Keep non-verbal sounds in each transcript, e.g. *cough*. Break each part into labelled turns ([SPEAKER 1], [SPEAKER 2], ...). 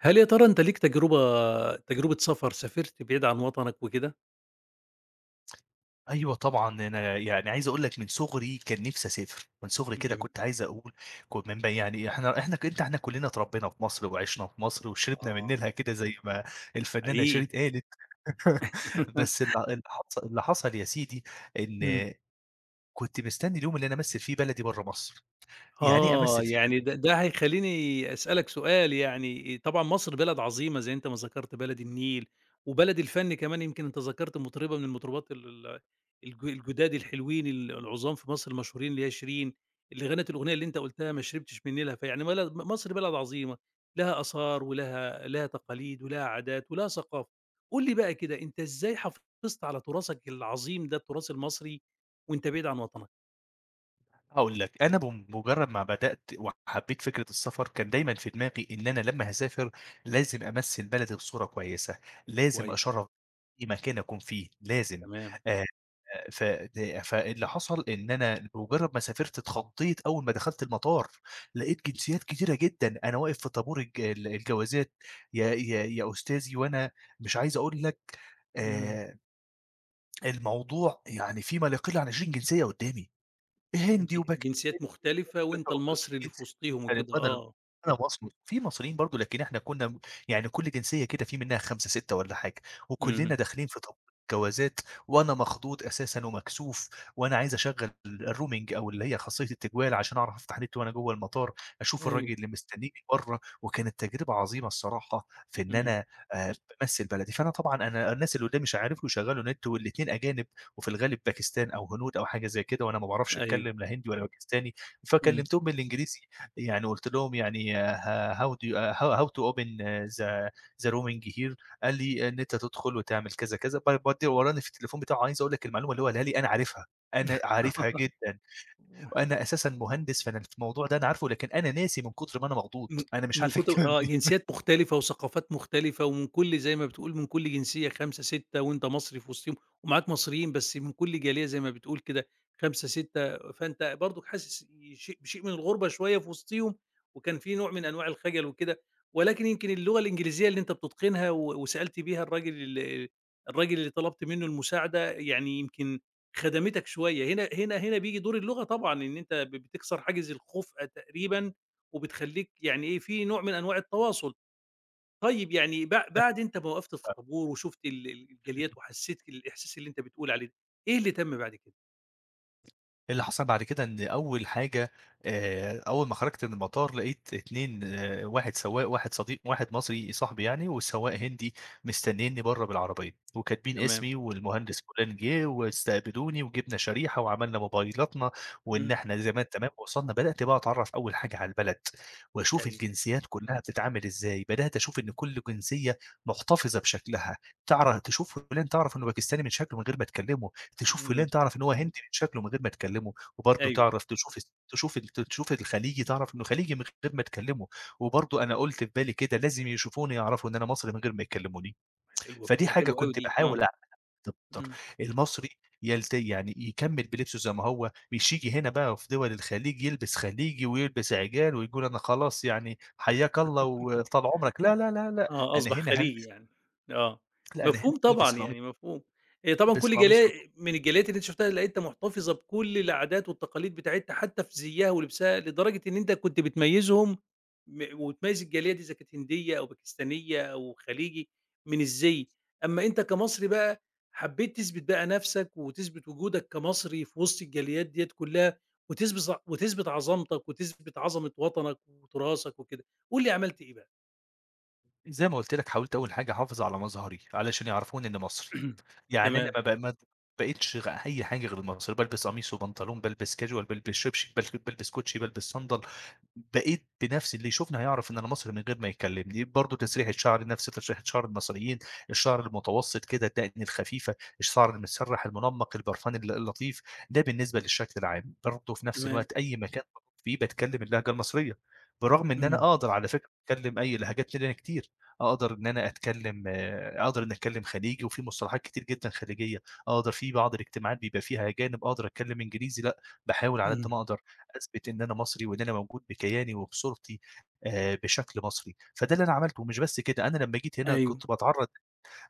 [SPEAKER 1] هل يا ترى أنت ليك تجربة سفر، سافرت بعيد عن وطنك وكده؟
[SPEAKER 2] أيوه طبعًا، أنا يعني عايز أقول لك من صُغري كان نِفْسي أسافر، من صُغري كده
[SPEAKER 1] جم
[SPEAKER 2] كنت عايز أقول. كن من ب يعني إحنا إحنا ك أنت إحنا كُلّنا اتربّينا في مصر وعِشنا في مصر وشربنا من
[SPEAKER 1] آه،
[SPEAKER 2] نيلها كده زي ما الفنّانة شيرين
[SPEAKER 1] حقيقي.
[SPEAKER 2] قالت. *laughs* بس
[SPEAKER 1] *laughs*
[SPEAKER 2] اللي حصل يا سيدي
[SPEAKER 1] إمم.
[SPEAKER 2] إن كنت مستنّي اليوم اللي أنا أمثّل فيه بلدي برّه مصر. يعني إيه
[SPEAKER 1] آه،
[SPEAKER 2] أمثّل فيه
[SPEAKER 1] يعني ده هيخلّيني أسألك سؤال، يعني طبعًا مصر بلد عظيمة زي أنت ما ذكرت بلد النيل، وبلد الفن كمان. يمكن أنت ذكرت مطربة من المطربات ال ال الج الجداد الحلوين العظام في مصر المشهورين اللي هي شيرين، اللي غنت الأغنية اللي أنت قُلتها ما شربتش من نيلها، فيعني بلد مصر بلد عظيمة، لها آثار ولها لها تقاليد ولها عادات ولها ثقافة. قُل لي بقى كده، أنت إزاي حافظت على تراثك العظيم ده، التراث المصري، وأنت بعيد عن وطنك؟
[SPEAKER 2] هاقول لك، أنا بمجرّد ما بدأت وحبّيت فكرة السفر، كان دايمًا في دماغي إن أنا لمّا هاسافر لازم أمثّل بلدي بصورة كويسة، لازم
[SPEAKER 1] كويس،
[SPEAKER 2] أشرّف أي مكان أكون فيه، لازم.
[SPEAKER 1] تمام.
[SPEAKER 2] آآ، ف د فاللي حصل إن أنا بمجرّد ما سافرت اتخضّيت أول ما دخلت المطار، لقيت جنسيات كتيرة جدًا. أنا واقف في طابور الجوازات يا أستاذي وأنا مش عايز أقول لك.
[SPEAKER 1] إمم.
[SPEAKER 2] آآ، الموضوع يعني في ما لا يقل عن 20 جنسية قدّامي،
[SPEAKER 1] إمم،
[SPEAKER 2] هندي وباكستاني.
[SPEAKER 1] جنسيات مختلفة وأنت
[SPEAKER 2] *unintelligible*
[SPEAKER 1] المصري اللي في وسطيهم
[SPEAKER 2] يعني
[SPEAKER 1] وكده،
[SPEAKER 2] بدل
[SPEAKER 1] آه،
[SPEAKER 2] أنا مصري، في مصريين برضه لكن إحنا كنا م يعني كل جنسية كده في منها 5، 6 والّا حاجة، وكلنا
[SPEAKER 1] اهم،
[SPEAKER 2] داخلين في جوازات، وأنا مخضوض أساسًا ومكسوف. وأنا عايز أشغّل الroaming أو اللي هي خاصية التجوال عشان أعرف أفتح نت وأنا جوّه المطار، أشوف
[SPEAKER 1] أيوه،
[SPEAKER 2] الراجل اللي مستنيني برّه. وكانت تجربة عظيمة الصراحة في إن
[SPEAKER 1] إمم،
[SPEAKER 2] أنا آآ بامثّل بلدي. فأنا طبعًا، أنا الناس اللي قدّامي مش هيعرفوا يشغّلوا نت، والاتنين أجانب وفي الغالب باكستان أو هنود أو حاجة زي كده، وأنا ما باعرفش
[SPEAKER 1] أيوه،
[SPEAKER 2] أتكلم لا هندي ولا باكستاني،
[SPEAKER 1] إمم.
[SPEAKER 2] فكلمتهم بالإنجليزي. يعني قُلت لهم يعني ه how do you how how to open the roaming here. قال لي إن أنت تدخل وتعمل كذا، كذا، بودّي وراني في التليفون بتاعه. عايز أقول لك المعلومة اللي هو قالها لي أنا عارفها، أنا عارفها
[SPEAKER 1] *laughs*
[SPEAKER 2] جدًا. وأنا أساسًا مهندس، فأنا الف الموضوع ده أنا عارفه، لكن أنا ناسي من كتر ما أنا مخضوض،
[SPEAKER 1] من
[SPEAKER 2] أنا مش
[SPEAKER 1] من
[SPEAKER 2] عارف
[SPEAKER 1] كتر
[SPEAKER 2] الكلام
[SPEAKER 1] آه،
[SPEAKER 2] دي.
[SPEAKER 1] جنسيات مختلفة وثقافات مختلفة، ومن كل زي ما بتقول من كل جنسية 5، 6، وأنت مصري في وسطهم، ومعاك مصريين بس من كل جالية زي ما بتقول كده 5، 6، فأنت برضك حاسس شيء بشيء من الغربة شوية في وسطهم، وكان في نوع من أنواع الخجل وكده، ولكن يمكن اللغة الإنجليزية اللي أنت بتتقنها و وسألت بيها الراجل ال الراجل اللي طلبت منه المساعدة يعني يمكن خدمتك شوية. هنا هنا هنا بييجي دور اللغة طبعًا، إن أنت بتكسر حاجز الخُفأة تقريبًا، وبتخلّيك يعني إيه، في نوع من أنواع التواصل. طيب، يعني بعد أنت ما وقفت في
[SPEAKER 2] *laughs*
[SPEAKER 1] الطابور وشُفت ال ال الجاليات، وحسّيت الإحساس اللي أنت بتقول عليه ده، إيه اللي تَم بعد كده؟
[SPEAKER 2] اللي حصل بعد كده إن أول حاجة، أول ما خرجت من المطار لقيت 2 واحد سواق، واحد صديق، واحد مصري صاحبي يعني، والسواق هندي، مستنينّي برّه بالعربية وكاتبين
[SPEAKER 1] تمام.
[SPEAKER 2] اسمي والمهندس فلان. جِه واستقبلوني وجِبنا شريحة وعملنا موبايلاتنا. وإن
[SPEAKER 1] إمم.
[SPEAKER 2] إحنا زي ما أنت تمام وصلنا، بدأت بقى أتعرّف أول حاجة على البلد وأشوف
[SPEAKER 1] أيوه.
[SPEAKER 2] الجنسيات كلّها بتتعامل إزاي. بدأت أشوف إن كل جنسية محتفظة بشكلها، تشوف فلان تعرف إنه باكستاني من شكله من غير ما تكلمه، تشوف فلان
[SPEAKER 1] إمم.
[SPEAKER 2] تعرف إن هو هندي من شكله من غير ما تكلمه، وبرضه
[SPEAKER 1] أيوه.
[SPEAKER 2] تعرف تشوف الس تشوف ال تشوف الخليجي تعرف إنه خليجي من غير ما تكلمه. وبرضه أنا قُلت في بالي كده لازم يشوفوني يعرفوا إن أنا مصري من غير ما يكلموني.
[SPEAKER 1] حلوة،
[SPEAKER 2] فدي
[SPEAKER 1] فكرة
[SPEAKER 2] حاجة
[SPEAKER 1] حلوة أوي
[SPEAKER 2] كنت
[SPEAKER 1] دي،
[SPEAKER 2] باحاول
[SPEAKER 1] آه.
[SPEAKER 2] أعملها أكتر.
[SPEAKER 1] إمم.
[SPEAKER 2] المصري يعني يكمّل بلبسه زي ما هو، مش ييجي هنا بقى في دول الخليج يلبس خليجي ويلبس عِجال ويقول أنا خلاص يعني حياك الله وطال عمرك. لا، لا، لا، لأ،
[SPEAKER 1] آه،
[SPEAKER 2] أنا
[SPEAKER 1] أصبح
[SPEAKER 2] هنا
[SPEAKER 1] خليجي
[SPEAKER 2] هالبس.
[SPEAKER 1] يعني، آه،
[SPEAKER 2] لأ أنا هنا
[SPEAKER 1] مفهوم
[SPEAKER 2] هالبس
[SPEAKER 1] طبعًا
[SPEAKER 2] قميص
[SPEAKER 1] يعني مفهوم. هي طبعًا
[SPEAKER 2] هالبس
[SPEAKER 1] كل
[SPEAKER 2] قميص.
[SPEAKER 1] جالية من الجاليات اللي أنت شُفتها لقيتها محتفظة بكل العادات والتقاليد بتاعتها، حتى في زيها ولبسها، لدرجة إن أنت كنت بتميّزهم، وتميّز الجالية دي إذا كانت هندية أو باكستانية أو خليجي من الزي. أمّا أنت كمصري بقى، حبيت تثبت بقى نَفْسك وتثبت وجودك كمصري في وسط الجاليات ديّة كلّها، وتثبت وتثبت عظمتك وتثبت عظمة وطنك وتراثك وكده. قُل لي عملت إيه بقى؟
[SPEAKER 2] زي ما قُلت لك، حاولت أول حاجة أحافظ على مظهري، علشان يعرفوني إنّي مصري.
[SPEAKER 1] *clears throat*
[SPEAKER 2] يعني أنا
[SPEAKER 1] تمام.
[SPEAKER 2] ما بقيتش أي حاجة غير المصري، بالبس قميص وبنطلون، بالبس casual، بالبس شبشب، بالبس كوتشي، بالبس صندل. بقيت بنفسي اللي يشوفني هيعرف إن أنا مصري من غير ما يكلمني، برضه تسريحة شعري نفس تسريحة شعر المصريين، الشعر المتوسط كده، الدقن الخفيفة، الشعر المسرّح المنمّق، البرفان اللطيف. ده بالنسبة للشكل العام. برضه في نفس
[SPEAKER 1] تمام،
[SPEAKER 2] الوقت أي مكان باروح فيه باتكلم اللهجة المصرية، برغم إن أنا
[SPEAKER 1] إمم،
[SPEAKER 2] أقدر على فكرة أتكلم أي لهجات تانية كتير. اقدر ان انا اتكلم، اقدر ان اتكلم خليجي وفي مصطلحات كتير جدا خليجيه، اقدر في بعض الاجتماعات بيبقى فيها اجانب اقدر اتكلم انجليزي. لا، بحاول على
[SPEAKER 1] إمم،
[SPEAKER 2] قد ما اقدر اثبت ان انا مصري وان انا موجود بكياني وبصورتي، بشكل مصري. فده اللي انا عملته. ومش بس كده، انا لما جيت هنا
[SPEAKER 1] أيوه،
[SPEAKER 2] كنت بتعرض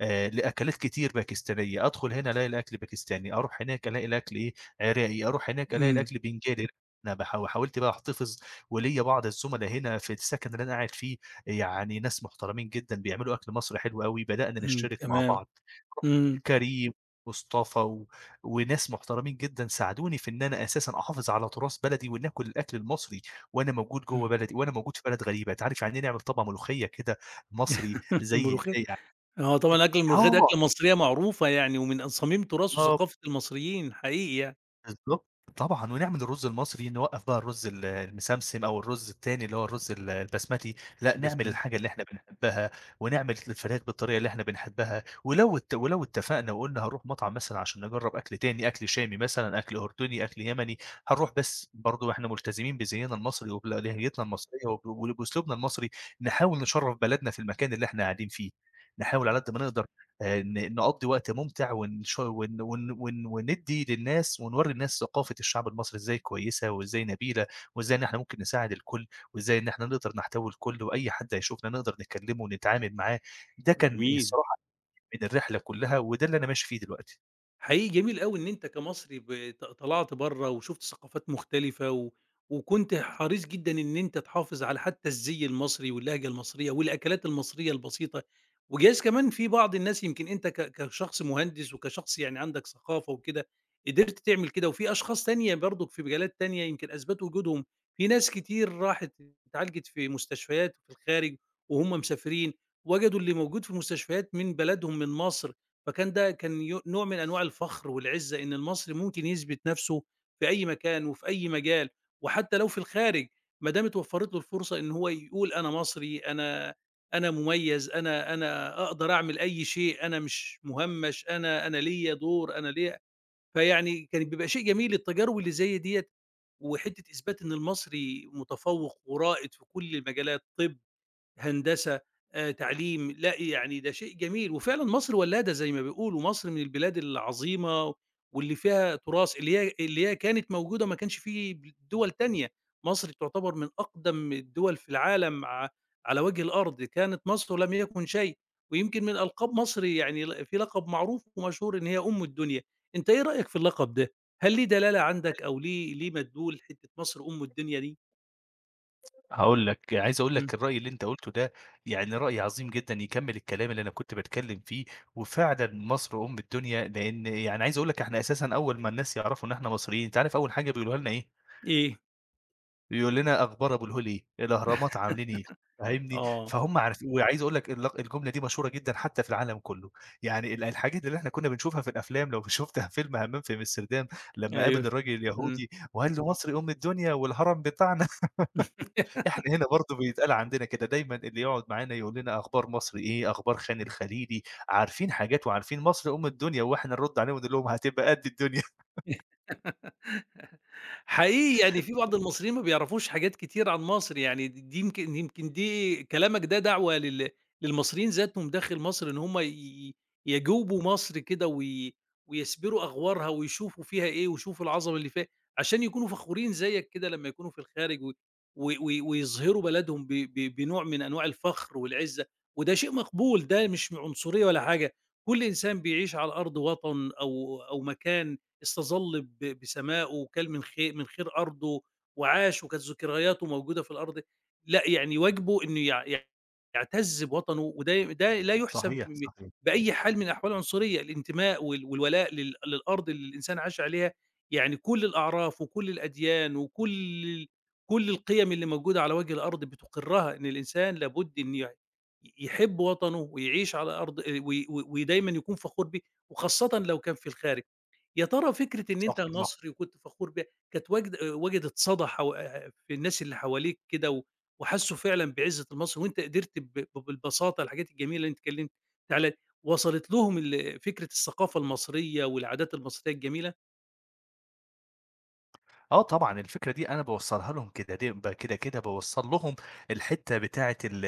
[SPEAKER 2] لأكلات كتير باكستانية، أدخل هنا ألاقي الأكل باكستاني، أروح هناك ألاقي الأكل إيه، عراقي، أروح هناك ألاقي
[SPEAKER 1] إمم،
[SPEAKER 2] الأكل بنجالي. أنا حاولت بقى أحتفظ، وليّا بعض الزُملا هنا في السكن اللي أنا قاعد فيه، يعني ناس محترمين جدًا بيعملوا أكل مصري حلو أوي، بدأنا
[SPEAKER 1] إمم،
[SPEAKER 2] نشترك مع
[SPEAKER 1] تمام،
[SPEAKER 2] بعض. رُحت
[SPEAKER 1] إمم،
[SPEAKER 2] كريم، مصطفى وناس محترمين جدًا ساعدوني في إن أنا أساسًا أحافظ على تراث بلدي وناكل الأكل المصري وأنا موجود جوّه
[SPEAKER 1] إمم.
[SPEAKER 2] بلدي، وأنا موجود في بلد غريبة. أنت عارف يعني إيه نعمل طبق ملوخية كده مصري
[SPEAKER 1] *laughs*
[SPEAKER 2] زي
[SPEAKER 1] الملوخية.
[SPEAKER 2] إيه يعني؟
[SPEAKER 1] هو طبعًا أكل الملوخية دي
[SPEAKER 2] آه.
[SPEAKER 1] أكلة مصرية معروفة، يعني ومن صميم تراث
[SPEAKER 2] آه،
[SPEAKER 1] وثقافة المصريين، حقيقي يعني،
[SPEAKER 2] بالضبط. طبعًا ونعمل الرز المصري، نوقّف بقى الرز المسمسم أو الرز التاني اللي هو الرز البسمتي. لأ نعمل
[SPEAKER 1] البسملي،
[SPEAKER 2] الحاجة اللي إحنا بنحبها، ونعمل الفراخ بالطريقة اللي إحنا بنحبها. ولو اتفقنا وقُلنا هنروح مطعم مثلًا عشان نجرّب أكل تاني، أكل شامي مثلًا، أكل أردني، أكل يمني، هنروح بس برضه إحنا ملتزمين بزينا المصري
[SPEAKER 1] إمم،
[SPEAKER 2] وبلهجتنا المصرية وبأسلوبنا المصري. نحاول نشرّف بلدنا في المكان اللي إحنا قاعدين فيه، نحاول على
[SPEAKER 1] إمم،
[SPEAKER 2] قد ما نقدر، نقضي وقت ممتع ونش- ون ون ون وندي للناس ونوري الناس ثقافة الشعب المصري ازاي كويسة وازاي نبيلة وازاي ان احنا ممكن نساعد الكل وازاي ان احنا نقدر نحتوي الكل واي حد هيشوفنا نقدر نكلمه ونتعامل معاه. ده كان
[SPEAKER 1] جميل.
[SPEAKER 2] الصراحة من الرحلة كلها وده اللي انا ماشي فيه دلوقتي.
[SPEAKER 1] حقيقي جميل أوي إن أنت كمصري طلعت برّه وشُفت ثقافات مختلفة، و وكنت حريص جدًا إن أنت تحافظ على حتى الزي المصري واللهجة المصرية والأكلات المصرية البسيطة. وجايز كمان في بعض الناس، يمكن أنت كشخص مهندس وكشخص يعني عندك ثقافة وكده، قدرت تعمل كده، وفي أشخاص تانية برضُك في مجالات تانية يمكن أثبتوا وجودهم. في ناس كتير راحت اتعالجت في مستشفيات في الخارج وهُم مسافرين، وجدوا اللي موجود في مستشفيات من بلدهم من مصر. فكان ده كان نوع من أنواع الفخر والعزّة، إن المصري ممكن يثبت نَفْسه في أي مكان وفي أي مجال، وحتى لو في الخارج، ما دام اتوفّرت له الفرصة إن هو يقول أنا مصري، أنا مُميّز، أنا أقدر أعمل أي شيء، أنا مش مُهمّش، أنا ليّا دور، أنا ليّا. فيعني كان بيبقى شيء جميل التجارب اللي زي ديّة، وحتّة إثبات إن المصري متفوّق ورائد في كل المجالات، طِب هندسة، تعليم، لأ يعني ده شيء جميل. وفعلًا مصر ولّادة زي ما بيقولوا، مصر من البلاد العظيمة واللي فيها تراث، اللي هي كانت موجودة ما كانش في ب دول تانية. مصر تعتبر من أقدم الدول في العالم على وجه الأرض، كانت مصر لم يكن شيء. ويمكن من ألقاب مصر يعني في لقب معروف ومشهور إن هي أم الدنيا، أنت إيه رأيك في اللقب ده؟ هل ليه دلالة عندك أو ليه مدلول حتّة مصر أم الدنيا دي؟
[SPEAKER 2] هاقول لك، عايز اقول
[SPEAKER 1] إمم،
[SPEAKER 2] لك الرأي اللي انت قلته ده يعني رأي عظيم جدًا يكمل الكلام اللي أنا كنت باتكلم فيه. وفعلًا مصر أم الدنيا، لأن يعني عايز أقول لك إحنا أساسًا أول ما الناس يعرفوا إن إحنا مصريين، أنت عارف أول حاجة بيقولوها لنا إيه؟
[SPEAKER 1] إيه؟
[SPEAKER 2] يقول لنا أخبار أبو الهول إيه، الأهرامات عاملين إيه. فاهمني؟
[SPEAKER 1] آه،
[SPEAKER 2] فهُم عارفين. وعايز أقول لك الجملة دي مشهورة جدًا حتى في العالم كله. يعني الحاجات اللي إحنا كنا بنشوفها في الأفلام لو *laughs* شُفتها فيلم همام في أمستردام لمّا
[SPEAKER 1] أيوه،
[SPEAKER 2] قابل الراجل
[SPEAKER 1] إمم.
[SPEAKER 2] اليهودي وقال له: "مصر أم الدنيا والهرم بتاعنا." *laughs*
[SPEAKER 1] *laughs*
[SPEAKER 2] إحنا هنا برضه بيتقال عندنا كده، دايمًا اللي يقعد معانا يقول لنا أخبار مصر إيه، أخبار خان
[SPEAKER 1] إمم.
[SPEAKER 2] الخليلي، عارفين حاجات وعارفين مصر أم الدنيا. وإحنا نرُد عليهم ونقول لهم هتبقى قد الدنيا. *laughs*
[SPEAKER 1] حقيقي يعني في بعض المصريين ما بيعرفوش حاجات كتير عن مصر، يعني دي يمكن دي كلامك ده دعوة للمصريين ذاتهم داخل مصر، إن هم يجوبوا مصر كده، ويسبروا أغوارها ويشوفوا فيها إيه، ويشوفوا العظمة اللي فيها، عشان يكونوا فخورين زيك كده لمّا يكونوا في الخارج، و و و ويظهروا بلدهم ب ب بنوع من أنواع الفخر والعزة. وده شيء مقبول، ده مش عنصرية ولا حاجة، كل إنسان بيعيش على أرض وطن أو مكان استظل بسمائه، وكل من خير أرضه وعاش، وكانت ذكرياته موجودة في الأرض، لأ يعني واجبه إنه يع يع يعتز بوطنه. وده لا يُحسب
[SPEAKER 2] صحيح، صحيح،
[SPEAKER 1] بأي حال من أحوال العنصرية. الانتماء والولاء للأرض اللي الإنسان عاش عليها، يعني كل الأعراف وكل الأديان وكل ال كل القيم اللي موجودة على وجه الأرض بتُقرّها إن الإنسان لابد إن يحب وطنه ويعيش على أرض وي و ودايمًا يكون فخور بيه، وخاصةً لو كان في الخارج. يا ترى فكرة إن أنت
[SPEAKER 2] صح.
[SPEAKER 1] مصري وكنت فخور بيها، كانت وجدت صدى في الناس اللي حواليك كده، و وحسّوا فعلًا بعزّة المصري، وأنت قدرت ب ب بالبساطة الحاجات الجميلة اللي أنت اتكلمت علي وصلت لهم فكرة الثقافة المصرية والعادات المصرية الجميلة؟
[SPEAKER 2] آه طبعًا، الفكرة دي أنا باوصّلها لهم كده، دي ب كده، كده باوصّل لهم الحتّة بتاعة ال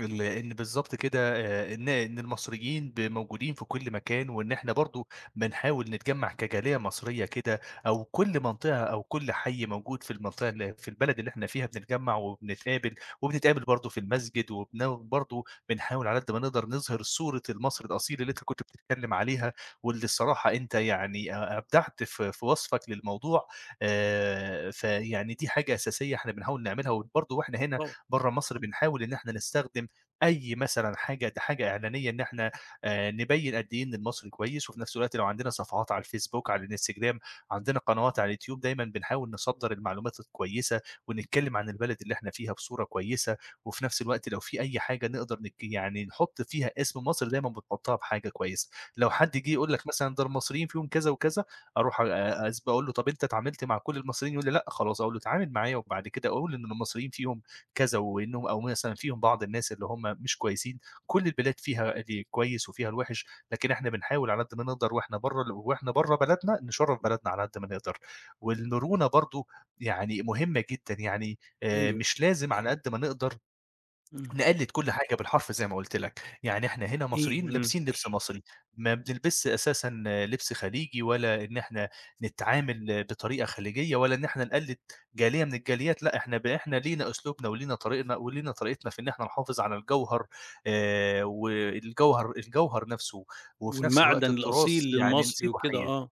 [SPEAKER 2] ال إن بالضبط كده، إن المصريين موجودين في كل مكان، وإن إحنا برضه بنحاول نتجمّع كجالية مصرية كده، أو كل منطقة أو كل حي موجود في المنطقة في البلد اللي إحنا فيها بنتجمّع وبنتقابل، وبنتقابل برضه في المسجد. برضه بنحاول على قد ما نقدر نظهر صورة المصري الأصيل اللي أنت كنت بتتكلّم عليها، واللي الصراحة أنت يعني أبدعت في وصفك للموضوع. فيعني دي حاجة أساسية إحنا بنحاول نعملها، وبرضه وإحنا هنا
[SPEAKER 1] طبعًا.
[SPEAKER 2] برّه مصر
[SPEAKER 1] إمم.
[SPEAKER 2] بنحاول إن إحنا نستخدم أي مثلًا حاجة إعلانية إن إحنا، نبيّن قد إيه إن المصري كويس. وفي نفس الوقت لو عندنا صفحات على الFacebook، على الInstagram، عندنا قنوات على الYouTube، دايمًا بنحاول نصدّر المعلومات الكويسة، ونتكلم عن البلد اللي إحنا فيها بصورة كويسة. وفي نفس الوقت لو في أي حاجة نقدر يعني نحط فيها اسم مصر دايمًا بنحطها بحاجة كويسة. لو حد جه يقول لك مثلًا ده المصريين فيهم كذا وكذا، أروح أ أثب أقول له: طَب أنت اتعاملت مع كل المصريين؟ يقول لي: "لأ خلاص." أقول له: "اتعامل معايا وبعد كده قُل إن المصريين فيهم كذا وإنهم، أو مثلًا فيهم بعض الناس اللي هم مش كويسين، كل البلاد فيها اللي كويس وفيها الوِحِش، لكن إحنا بنحاول على قد ما نقدر وإحنا برّه ال وإحنا برّه بلدنا نشرّف بلدنا على قد ما نقدر." والمرونة برضه يعني مهمة جدًا. يعني
[SPEAKER 1] أيوه.
[SPEAKER 2] مش لازم على قد ما نقدر
[SPEAKER 1] إمم.
[SPEAKER 2] نقلد كل حاجة بالحرف زي ما قُلت لك. يعني إحنا هنا
[SPEAKER 1] حقيقي.
[SPEAKER 2] مصريين
[SPEAKER 1] إمم.
[SPEAKER 2] لابسين لبس مصري، ما بنلبسش أساسًا لبس خليجي، ولا إن إحنا نتعامل بطريقة خليجية، ولا إن إحنا نقلد جالية من الجاليات. لأ إحنا ب إحنا لينا أسلوبنا ولينا طريقنا ولينا طريقتنا في إن إحنا نحافظ على الجوهر، والجوهر نفسه، وفي نفس الوقت
[SPEAKER 1] والمعدن
[SPEAKER 2] التراث
[SPEAKER 1] الأصيل
[SPEAKER 2] يعني
[SPEAKER 1] للمصري
[SPEAKER 2] نسيبه
[SPEAKER 1] وكده،
[SPEAKER 2] حي.
[SPEAKER 1] آه.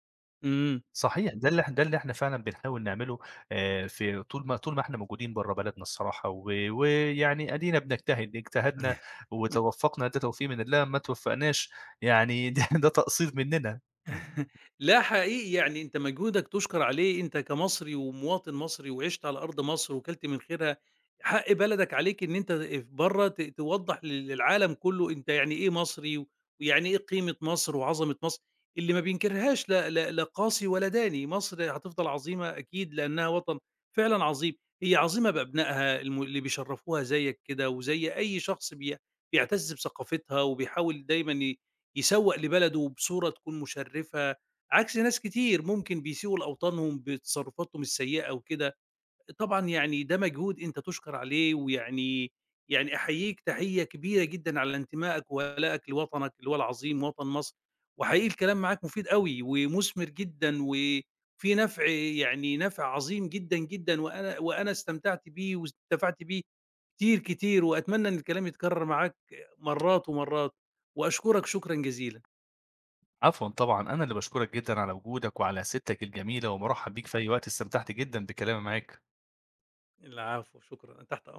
[SPEAKER 1] إمم.
[SPEAKER 2] صحيح. ده اللي إحنا فعلًا بنحاول نعمله، في طول ما إحنا موجودين برّه بلدنا الصراحة. ويعني أدينا بنجتهد، اجتهدنا وتوفّقنا، ده توفيق من الله. ما توفّقناش يعني *laughs* ده تقصير مننا.
[SPEAKER 1] *laughs* لا حقيقي، يعني أنت مجهودك تُشكر عليه، أنت كمصري ومواطن مصري، وعِشت على أرض مصر وكلت من خيرها، حق بلدك عليك إن أنت برّه توضّح للعالم كُلّه أنت يعني إيه مصري، ويعني إيه قيمة مصر وعظمة مصر، اللي ما بينكرهاش لا قاسي ولا داني. مصر هتفضل عظيمة أكيد، لأنها وطن فعلًا عظيم، هي عظيمة بأبنائها اللي بيشرّفوها زيّك كده، وزي أي شخص بيعتز بثقافتها وبيحاول دايمًا يسوّق لبلده بصورة تكون مشرّفة، عكس ناس كتير ممكن بيسيئوا لأوطانهم بتصرفاتهم السيئة وكده. طبعًا يعني ده مجهود أنت تُشكر عليه، ويعني أحييك تحيّة كبيرة جدًا على انتمائك وولائك لوطنك اللي هو العظيم وطن مصر. وحقيقي الكلام معاك مفيد أوي ومُثمر جدًا، وفيه نفع، يعني نفع عظيم جدًا، جدًا، وأنا استمتعت بيه واستنفعت بيه كتير، كتير، وأتمنى إن الكلام يتكرر معاك مرّات ومرّات، وأشكرك شكرًا جزيلًا.
[SPEAKER 2] عفوًا طبعًا، أنا اللي باشكرك جدًا على وجودك وعلى سيرتك الجميلة ومُرحّب بيك في أي وقت، استمتعت جدًا بكلامي معاك.
[SPEAKER 1] العفو، شكرًا، أنا تحت